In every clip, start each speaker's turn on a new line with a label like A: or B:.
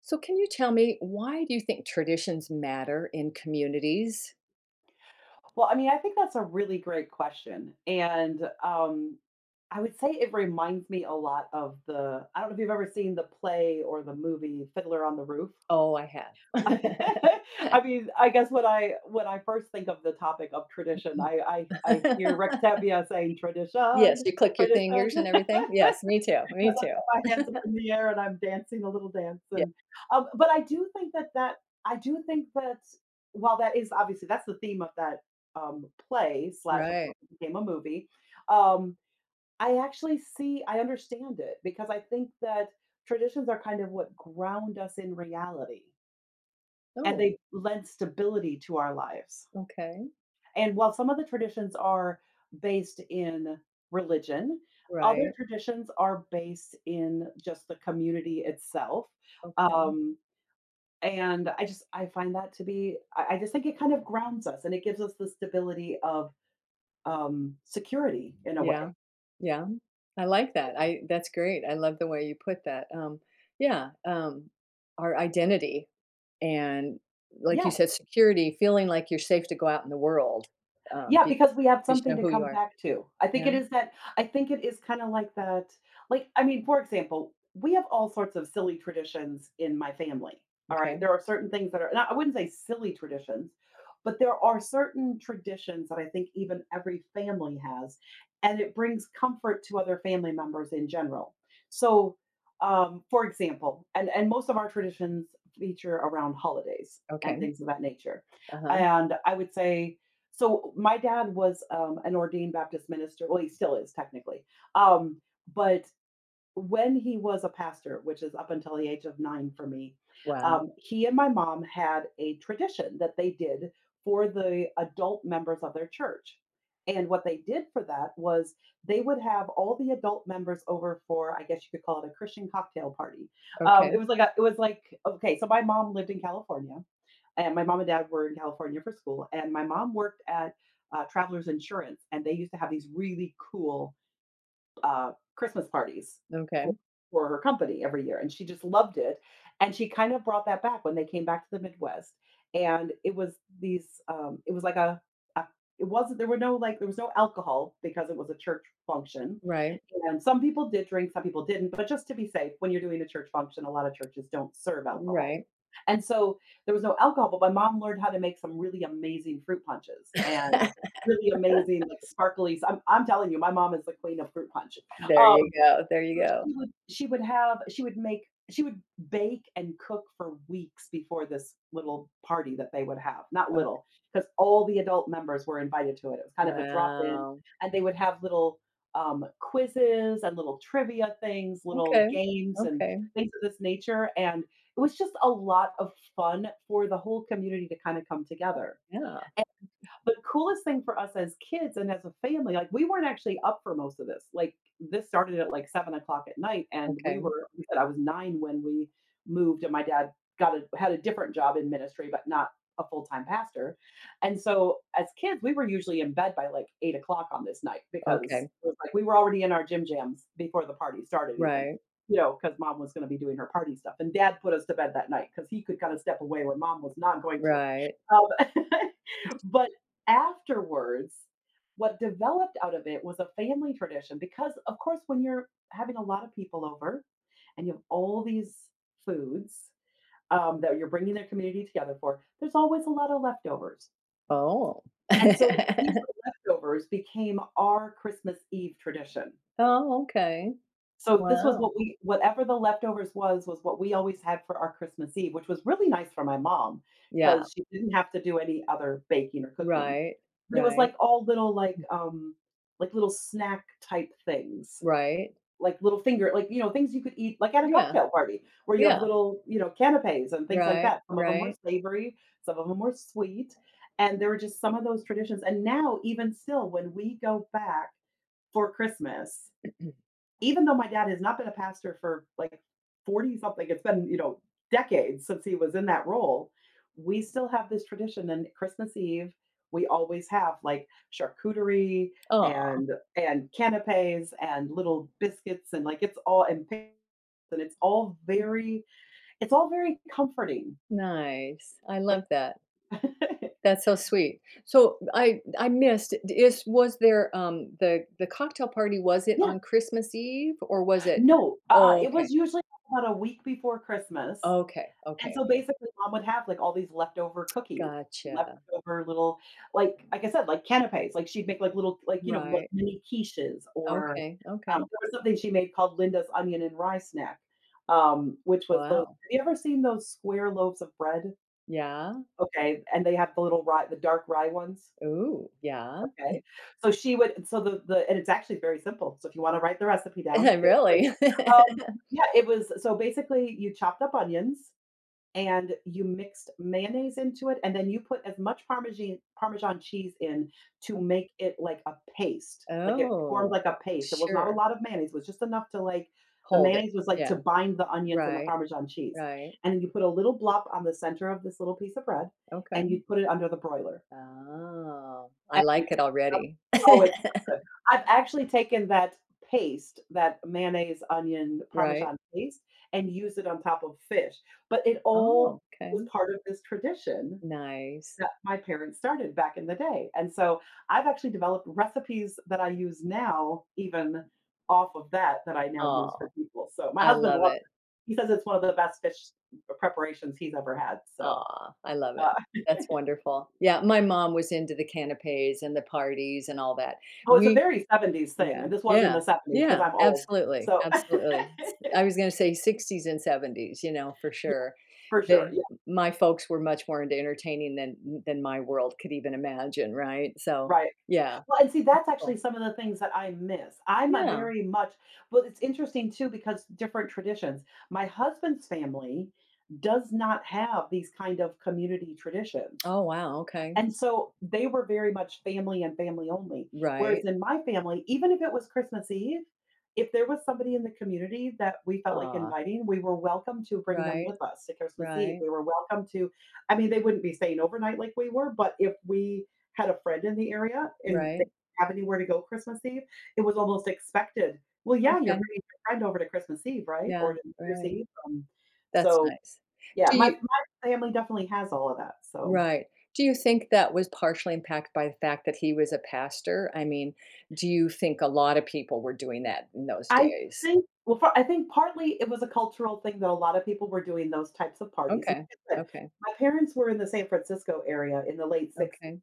A: So, can you tell me why do you think traditions matter in communities?
B: Well, I think that's a really great question. And I would say it reminds me a lot of I don't know if you've ever seen the play or the movie Fiddler on the Roof.
A: Oh, I have.
B: I mean, I guess when I first think of the topic of tradition, I hear Rectavia saying
A: Yes,
B: tradition,
A: you click your
B: tradition.
A: fingers and everything. Yes, me too.
B: 'Cause
A: Me
B: I've
A: too.
B: got my hands up in the air and I'm dancing a little dance
A: Yeah.
B: but I do think that while that is obviously that's the theme of that, play slash, of
A: Right.
B: course, it became a movie. um, I actually see I understand it because I think that traditions are kind of what ground us in reality, and
A: Oh,
B: they lend stability to our lives.
A: okay.
B: And while some of the traditions are based in religion, other
A: Right.
B: traditions are based in just the community itself.
A: Okay.
B: Um, and I find that to be I just think it kind of grounds us and it gives us the stability of security in a way.
A: Yeah. Yeah. I like that. I that's great. I love the way you put that. Yeah, our identity and like you
B: Yeah.
A: said security, feeling like you're safe to go out in the world
B: Yeah,
A: be,
B: because we have
A: because you
B: something
A: know
B: to
A: who you
B: come
A: are.
B: back to.
A: Yeah.
B: I think it is kinda like that. Like, I mean, for example, we have all sorts of silly traditions in my family, all right?
A: Okay.
B: There are certain things that are and I wouldn't say silly traditions, but there are certain traditions that I think even every family has, and it brings comfort to other family members in general. So, for example, and most of our traditions feature around holidays and
A: Okay.
B: things of that nature,
A: Uh-huh.
B: and I would say so my dad was, an ordained Baptist minister. Well, he still is technically. Um, but when he was a pastor, which is up until the age of 9 for me,
A: Wow.
B: he and my mom had a tradition that they did for the adult members of their church. And what they did for that was they would have all the adult members over for, I guess you could call it a Christian cocktail party.
A: Okay.
B: It was like okay, so my mom lived in California, and my mom and dad were in California for school, and my mom worked at Travelers Insurance, and they used to have these really cool Christmas parties for,
A: Okay.
B: for her company every year, and she just loved it. And she kind of brought that back when they came back to the Midwest, and it was these, it was like a it wasn't there were no like there was no alcohol because it was a church function,
A: Right.
B: and some people did drink, some people didn't, but just to be safe, when you're doing a church function a lot of churches don't serve alcohol,
A: Right.
B: and so there was no alcohol. But my mom learned how to make some really amazing fruit punches and really amazing, like sparkly. I'm telling you, my mom is the queen of fruit punch.
A: There
B: Um
A: you go. There you
B: but
A: go.
B: she would have she would make she would bake and cook for weeks before this little party that they would have. Not
A: Okay.
B: little, because all the adult members were invited to it. It was kind of a drop-in,
A: Wow.
B: and they would have little, quizzes and little trivia things, little
A: Okay.
B: games and
A: Okay.
B: things of this nature, and it was just a lot of fun for the whole community to kinda come together.
A: Yeah.
B: The coolest thing for us as kids and as a family, like, we weren't actually up for most of this. Like, this started at, like, 7 o'clock at night, and we
A: Okay.
B: were we said I was 9 when we moved, and my dad got a had a different job in ministry, but not a full-time pastor, and so, as kids, we were usually in bed by, like, 8 o'clock on this night because
A: Okay.
B: it was, like, we were already in our gym jams before the party started even,
A: Right.
B: you know, because mom was gonna be doing her party stuff, and dad put us to bed that night because he could kinda step away where mom was not going to.
A: Right.
B: Um, but afterwards, what developed out of it was a family tradition because, of course, when you're having a lot of people over and you have all these foods, that you're bringing the community together for, there's always a lot of leftovers.
A: Oh.
B: And so these leftovers became our Christmas Eve tradition.
A: Oh, okay.
B: So this was
A: Wow.
B: what we whatever the leftovers was, what we always had for our Christmas Eve, which was really nice for my mom
A: Yeah.
B: because she didn't have to do any other baking or cooking.
A: Right.
B: But it was,
A: Right.
B: like, all little, like, little snack type things,
A: Right.
B: like, little finger, like, you know, things you could eat, like, at a
A: Yeah.
B: cocktail party where you have
A: Yeah.
B: little, you know, canapes and things like
A: Right.
B: that. Some of them were
A: Right.
B: savory, some of them were sweet, and there were just some of those traditions, and now even still, when we go back for Christmas, even though my dad has not been a pastor for like 40 something, it's been, you know, decades since he was in that role, we still have this tradition. And Christmas Eve, we always have like charcuterie
A: Oh.
B: and canapes and little biscuits, and like it's all and pa- and it's all very comforting.
A: Nice. I
B: Like
A: love that. That's so sweet. So I missed, is was there, the cocktail party, was it
B: yeah,
A: on Christmas Eve or was it
B: no,
A: Oh,
B: it was
A: okay.
B: usually about a week before Christmas.
A: Okay,
B: And
A: okay,
B: so
A: okay.
B: basically, mom would have, like, all these leftover cookies and
A: Gotcha.
B: leftover little, like I said, like canapés, like, she'd make, like, little, like, you know, like,
A: Right.
B: mini quiches or,
A: Okay, okay.
B: there was something she made called Linda's onion and rye snack, which was those.
A: Wow.
B: Have you ever seen those square loaves of bread?
A: Yeah.
B: Okay, and they have the little rye, the dark rye ones?
A: Ooh, yeah.
B: Okay. So she would so the and it's actually very simple, so if you wanna write the recipe down, feel free.
A: Really?
B: Um, yeah, it was so basically, you chopped up onions and you mixed mayonnaise into it, and then you put as much parmesan cheese in to make it like a paste, like it formed
A: Oh,
B: like a paste. There was not a
A: sure.
B: lot of mayonnaise, it was just enough to like the
A: Hold it.
B: mayonnaise was like to
A: Yeah.
B: bind the onions and the
A: Right,
B: parmesan cheese,
A: right.
B: and then you put a little blob on the center of this little piece of bread, and you
A: Okay.
B: put it under the broiler.
A: Oh, I
B: And it would
A: like it
B: take up
A: already.
B: oh, it's so good. I've actually taken that paste, that mayonnaise, onion,
A: Right.
B: parmesan paste, and used it on top of fish, but it all
A: Oh,
B: was
A: okay.
B: part of this tradition
A: Nice.
B: that my parents started back in the day, and so I've actually developed recipes that I use now even off of that, that I now use for
A: Oh,
B: people, so my
A: I
B: husband
A: love
B: loves
A: it.
B: it. He says it's one of the best fish preparations he's ever had. So,
A: Aw, I love it.
B: uh,
A: That's wonderful. Yeah, my mom was into the canapes and the parties and all that.
B: oh, it's a
A: We
B: very 70s thing,
A: yeah,
B: and this was in
A: yeah,
B: the '70s because
A: yeah,
B: 'cause I'm old,
A: absolutely,
B: so
A: absolutely. S I was gonna say 60s and 70s, you know, for
B: yeah,
A: sure.
B: for sure,
A: They
B: yeah,
A: my folks were much more into entertaining than my world could even imagine, right? So,
B: right.
A: yeah,
B: Well, and see,
A: that's
B: that's actually
A: cool.
B: some of the things that I miss. I'm a
A: Yeah.
B: very much, well, it's interesting too because different traditions. My husband's family does not have these kind of community traditions.
A: Oh, wow, okay.
B: And so they were very much family and family only. Whereas
A: Right.
B: in my family, even if it was Christmas Eve, if there was somebody in the community that we felt like
A: Ah.
B: inviting, we were welcome to bring them
A: Right,
B: with us to Christmas Eve.
A: right,
B: We were welcome to, I mean, they wouldn't be staying overnight like we were, but if we had a friend in the area and they
A: right.
B: didn't have anywhere to go Christmas Eve, it was almost expected. Well, yeah, you're
A: Okay,
B: bringing your friend over to Christmas Eve, right? Or
A: yeah,
B: to New Year's
A: right.
B: Eve. Um,
A: That's
B: so,
A: nice.
B: yeah,
A: Do you
B: my family definitely has all of that. So,
A: Right. Do you think that was partially impacted by the fact that he was a pastor? I mean, do you think a lot of people were doing that in those
B: I
A: days?
B: think, well, for I think partly it was a cultural thing that a lot of people were doing those types of parties. And
A: Okay.
B: like I said,
A: Okay.
B: my parents were in the San Francisco area in the late '60s,
A: Okay.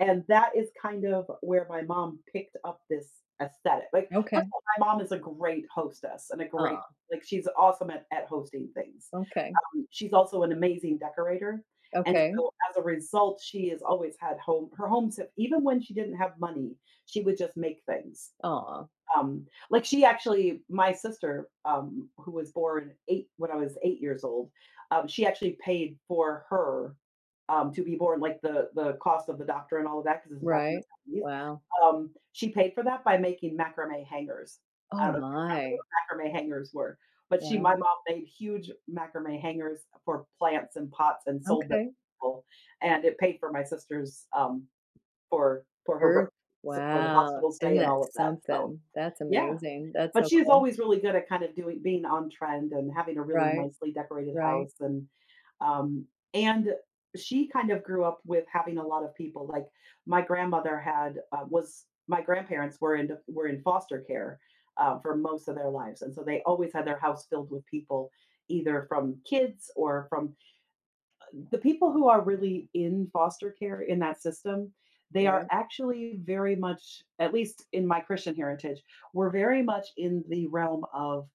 B: and that is kind of where my mom picked up this aesthetic. Like, first
A: Okay.
B: of all, my mom is a great hostess and a great,
A: Ah.
B: like, she's awesome at hosting things.
A: Okay.
B: She's also an amazing decorator, and
A: Okay.
B: so as a result, she has always had home her homes. Even when she didn't have money, she would just make things.
A: Ah.
B: Like she actually my sister, who was born 8 when I was 8 years old, she actually paid for her, to be born, like, the cost of the doctor and all of that, because this is back in the
A: Right.
B: 70s.
A: Wow.
B: She paid for that by making macrame hangers. I
A: Oh
B: don't know if you
A: my.
B: remember what macrame hangers were, but she my
A: Wow.
B: mom made huge macrame hangers for plants and pots and sold them to
A: Okay.
B: people, and it paid for my sister's, for her
A: Earth.
B: birth, so for the
A: Wow.
B: hospital
A: Isn't
B: stay and
A: that
B: all of that, so
A: something? That's
B: yeah.
A: amazing. That's
B: But
A: so
B: she's
A: cool.
B: always really good at kind of doing being on trend and having a really
A: Right.
B: nicely decorated
A: Right.
B: house um, and she kind of grew up with having a lot of people. Like, my grandmother had, was my grandparents were in foster care, for most of their lives, and so they always had their house filled with people, either from kids or from the people who are really in foster care in that system. They are
A: Right.
B: actually very much, at least in my Christian heritage, we're very much in the realm of,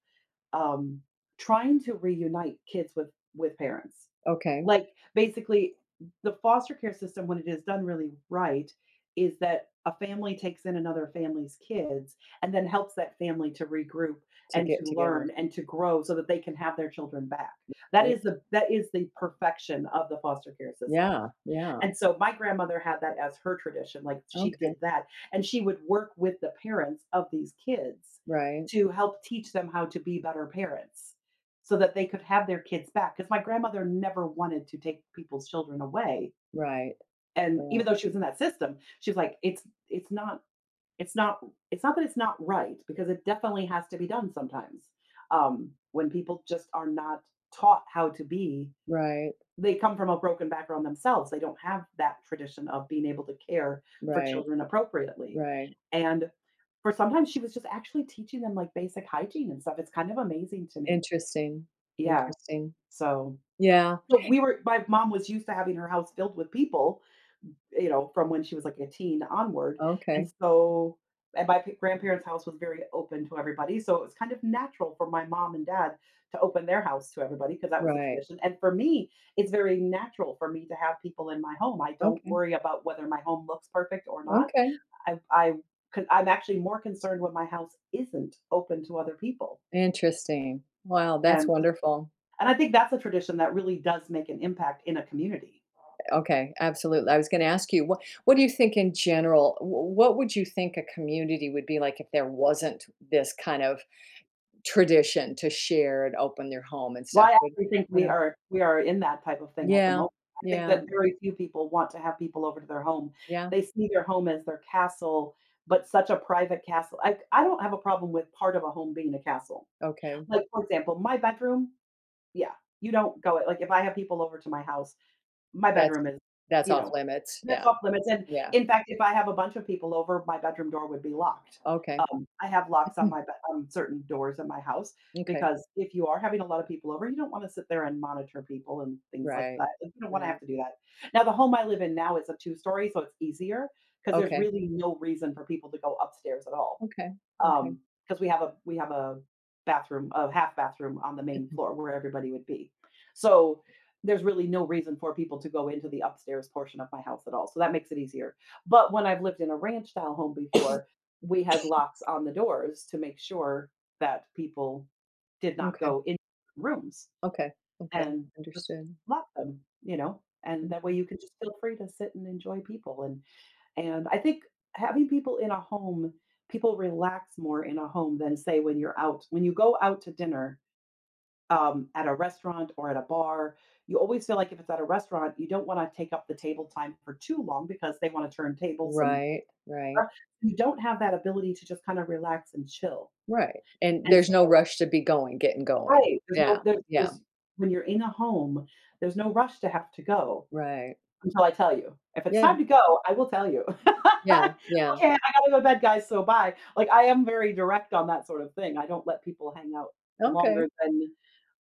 B: um, trying to reunite kids with parents.
A: Okay.
B: Like, basically, the foster care system, when it is done really right, is that a family takes in another family's kids and then helps that family to regroup
A: To
B: and
A: get
B: to
A: together.
B: learn and to grow so that they can have their children back. That is
A: Right.
B: the that is the perfection of the foster care system.
A: Yeah. Yeah.
B: And so my grandmother had that as her tradition. Like, she did
A: Okay.
B: that. And she would work with the parents of these kids
A: Right.
B: to help teach them how to be better parents so that they could have their kids back, because my grandmother never wanted to take people's children away.
A: Right.
B: And
A: Right.
B: even though she was in that system, she was like, it's not it's not that it's not right, because it definitely has to be done sometimes, when people just are not taught how to be,
A: Right.
B: they come from a broken background themselves. They don't have that tradition of being able to care for
A: Right.
B: children appropriately.
A: Right.
B: And for sometimes she was just actually teaching them, like, basic hygiene and stuff. It's kind of amazing to me.
A: Interesting.
B: Yeah.
A: Interesting.
B: So,
A: Yeah.
B: so we were My mom was used to having her house filled with people, you know, from when she was like a teen onward, and
A: Okay.
B: so and my p grandparents' house was very open to everybody, so it was kind of natural for my mom and dad to open their house to everybody because that was a
A: Right.
B: tradition, and for me, it's very natural for me to have people in my home. I don't
A: Okay.
B: worry about whether my home looks perfect or not.
A: Okay.
B: i I'm actually more concerned when my house isn't open to other people,
A: Interesting. Wow, that's
B: and
A: wonderful.
B: and I think that's a tradition that really does make an impact in a community.
A: Okay, absolutely. I was going to ask you, what do you think in general? What would you think a community would be like if there wasn't this kind of tradition to share and open your home and
B: Well,
A: stuff?
B: I
A: Would
B: actually think
A: you
B: we
A: know?
B: are we are in that type of thing at the
A: Yeah,
B: moment. I think
A: yeah,
B: that very few people want to have people over to their home.
A: yeah.
B: They see their home as their castle, but such a private castle. I don't have a problem with part of a home being a castle.
A: Okay,
B: Like, for example, my bedroom, yeah, you don't go, like, if I have people over to my house, my
A: that's
B: bedroom is,
A: that's
B: you
A: off
B: know,
A: limits.
B: that's
A: Yeah,
B: off limits, and
A: yeah.
B: in fact, if I have a bunch of people over, my bedroom door would be locked.
A: Okay.
B: I have locks on my bed on certain doors in my house,
A: Okay.
B: because if you are having a lot of people over, you don't wanna sit there and monitor people and things like
A: Right.
B: that, you don't wanna have
A: Right.
B: to do that. Now, the home I live in now is a two-story, so it's easier because there's
A: Okay.
B: really no reason for people to go upstairs at all.
A: Okay. Okay.
B: Um, because we have a bathroom, a half bathroom on the main floor where everybody would be. So there's really no reason for people to go into the upstairs portion of my house at all. So that makes it easier. But when I've lived in a ranch style home before, we had locks on the doors to make sure that people did not
A: Okay.
B: go in rooms,
A: Okay. Okay.
B: and just
A: Understood.
B: lock them, you know, and that way
A: Mm.
B: you can just feel free to sit and enjoy people. And I think having people in a home, people relax more in a home than, say, when you're out. When you go out to dinner, at a restaurant or at a bar, you always feel like, if it's at a restaurant, you don't want to take up the table time for too long because they want to turn tables, and
A: Right. Right.
B: uh, you don't have that ability to just kind of relax and chill.
A: Right. And
B: And so,
A: there's no rush to be going, getting going.
B: right, there's
A: Yeah.
B: no there's,
A: Yeah.
B: there's, when you're in a home, there's no rush to have to go.
A: Right.
B: Until I tell you. If it's
A: Yeah.
B: time to go, I will tell you.
A: Yeah.
B: "Okay,
A: Yeah.
B: I gotta go to bed, guys, so bye." Like, I am very direct on that sort of thing. I don't let people hang out
A: Okay.
B: longer than,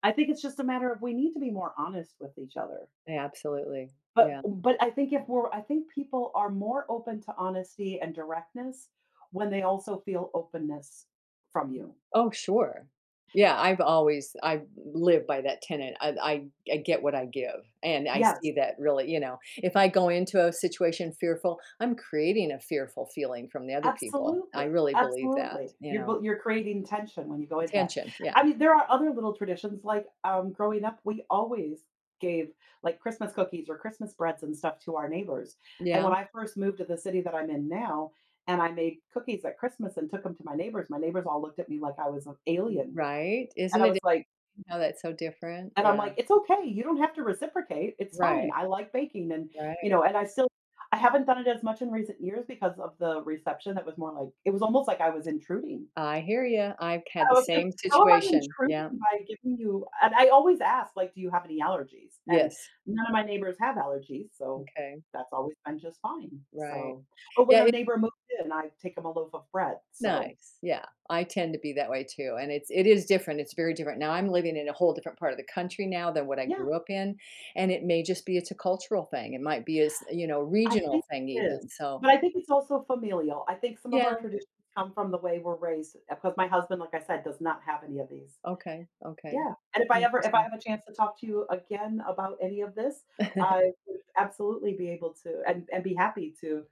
B: I think it's just a matter of we need to be more honest with each other.
A: Yeah, absolutely.
B: But
A: Yeah.
B: but I think if we're I think people are more open to honesty and directness when they also feel openness from you.
A: Oh, sure. Yeah, I've always I live by that tenet. I get what I give, and I see
B: Yes.
A: that really. You know, if I go into a situation fearful, I'm creating a fearful feeling from the other people. I
B: Absolutely,
A: really believe
B: absolutely.
A: that. You know,
B: You're creating tension when you go into that.
A: tension. Yeah,
B: I mean, there are other little traditions, like, growing up, we always gave, like, Christmas cookies or Christmas breads and stuff to our neighbors, and when
A: yeah,
B: I first moved to the city that I'm in now, and I made cookies at Christmas and took them to my neighbors all looked at me like I was an alien,
A: right.
B: and
A: Isn't
B: I
A: it
B: was like,
A: interesting how that's so different?
B: and I'm
A: Yeah,
B: like, "It's okay, you don't have to reciprocate, it's fine,
A: right,
B: I like baking," and, you know,
A: right.
B: and I still, I haven't done it as much in recent years because of the reception, that was more like, it was almost like I was intruding.
A: I hear you. I've had
B: I
A: the
B: was like,
A: same
B: "How am I
A: situation.
B: intruding
A: Yeah.
B: by giving you," and I always ask, like, "Do you have any allergies?" And
A: Yes.
B: none of my neighbors have allergies, so
A: Okay.
B: that's always been just fine,
A: Right.
B: so, or when a
A: Yeah.
B: neighbor moves in, I take them a loaf of bread, so
A: Nice, yeah. I tend to be that way too, and it's it is different, it's very different. Now I'm living in a whole different part of the country now than what I
B: yeah.
A: grew up in, and it may just be it's a cultural thing. It might be a s you know,
B: I think
A: regional thing
B: it is,
A: even, so
B: but I think it's also familial. I think some of
A: yeah,
B: our traditions come from the way we're raised, because my husband, like I said, does not have any of these.
A: okay, okay.
B: Yeah, and if I ever, if I
A: Interesting.
B: have a chance to talk to you again about any of this, I would absolutely be able to, and be happy to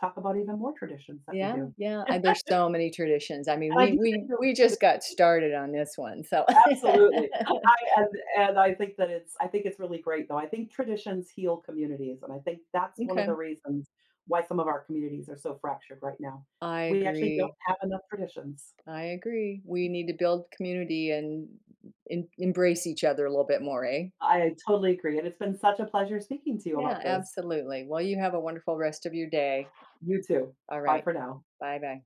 B: talk about even more traditions that we
A: Yeah,
B: do, and
A: yeah, and there's so many traditions. I mean,
B: I do
A: we we
B: think
A: we
B: they're,
A: just got started on this one, so
B: absolutely. I and I think that it's I think it's really great, though. I think traditions heal communities, and I think that's one of the
A: Okay.
B: reasons why some of our communities are so fractured right now.
A: I
B: We actually don't
A: agree,
B: have enough traditions.
A: I agree. We need to build community and en embrace each other a little bit more, eh?
B: I totally agree, and it's been such a pleasure speaking to you
A: Yeah,
B: about this.
A: absolutely. Well, you have a wonderful rest of your day.
B: You too.
A: All
B: Bye
A: right.
B: for now.
A: Bye bye.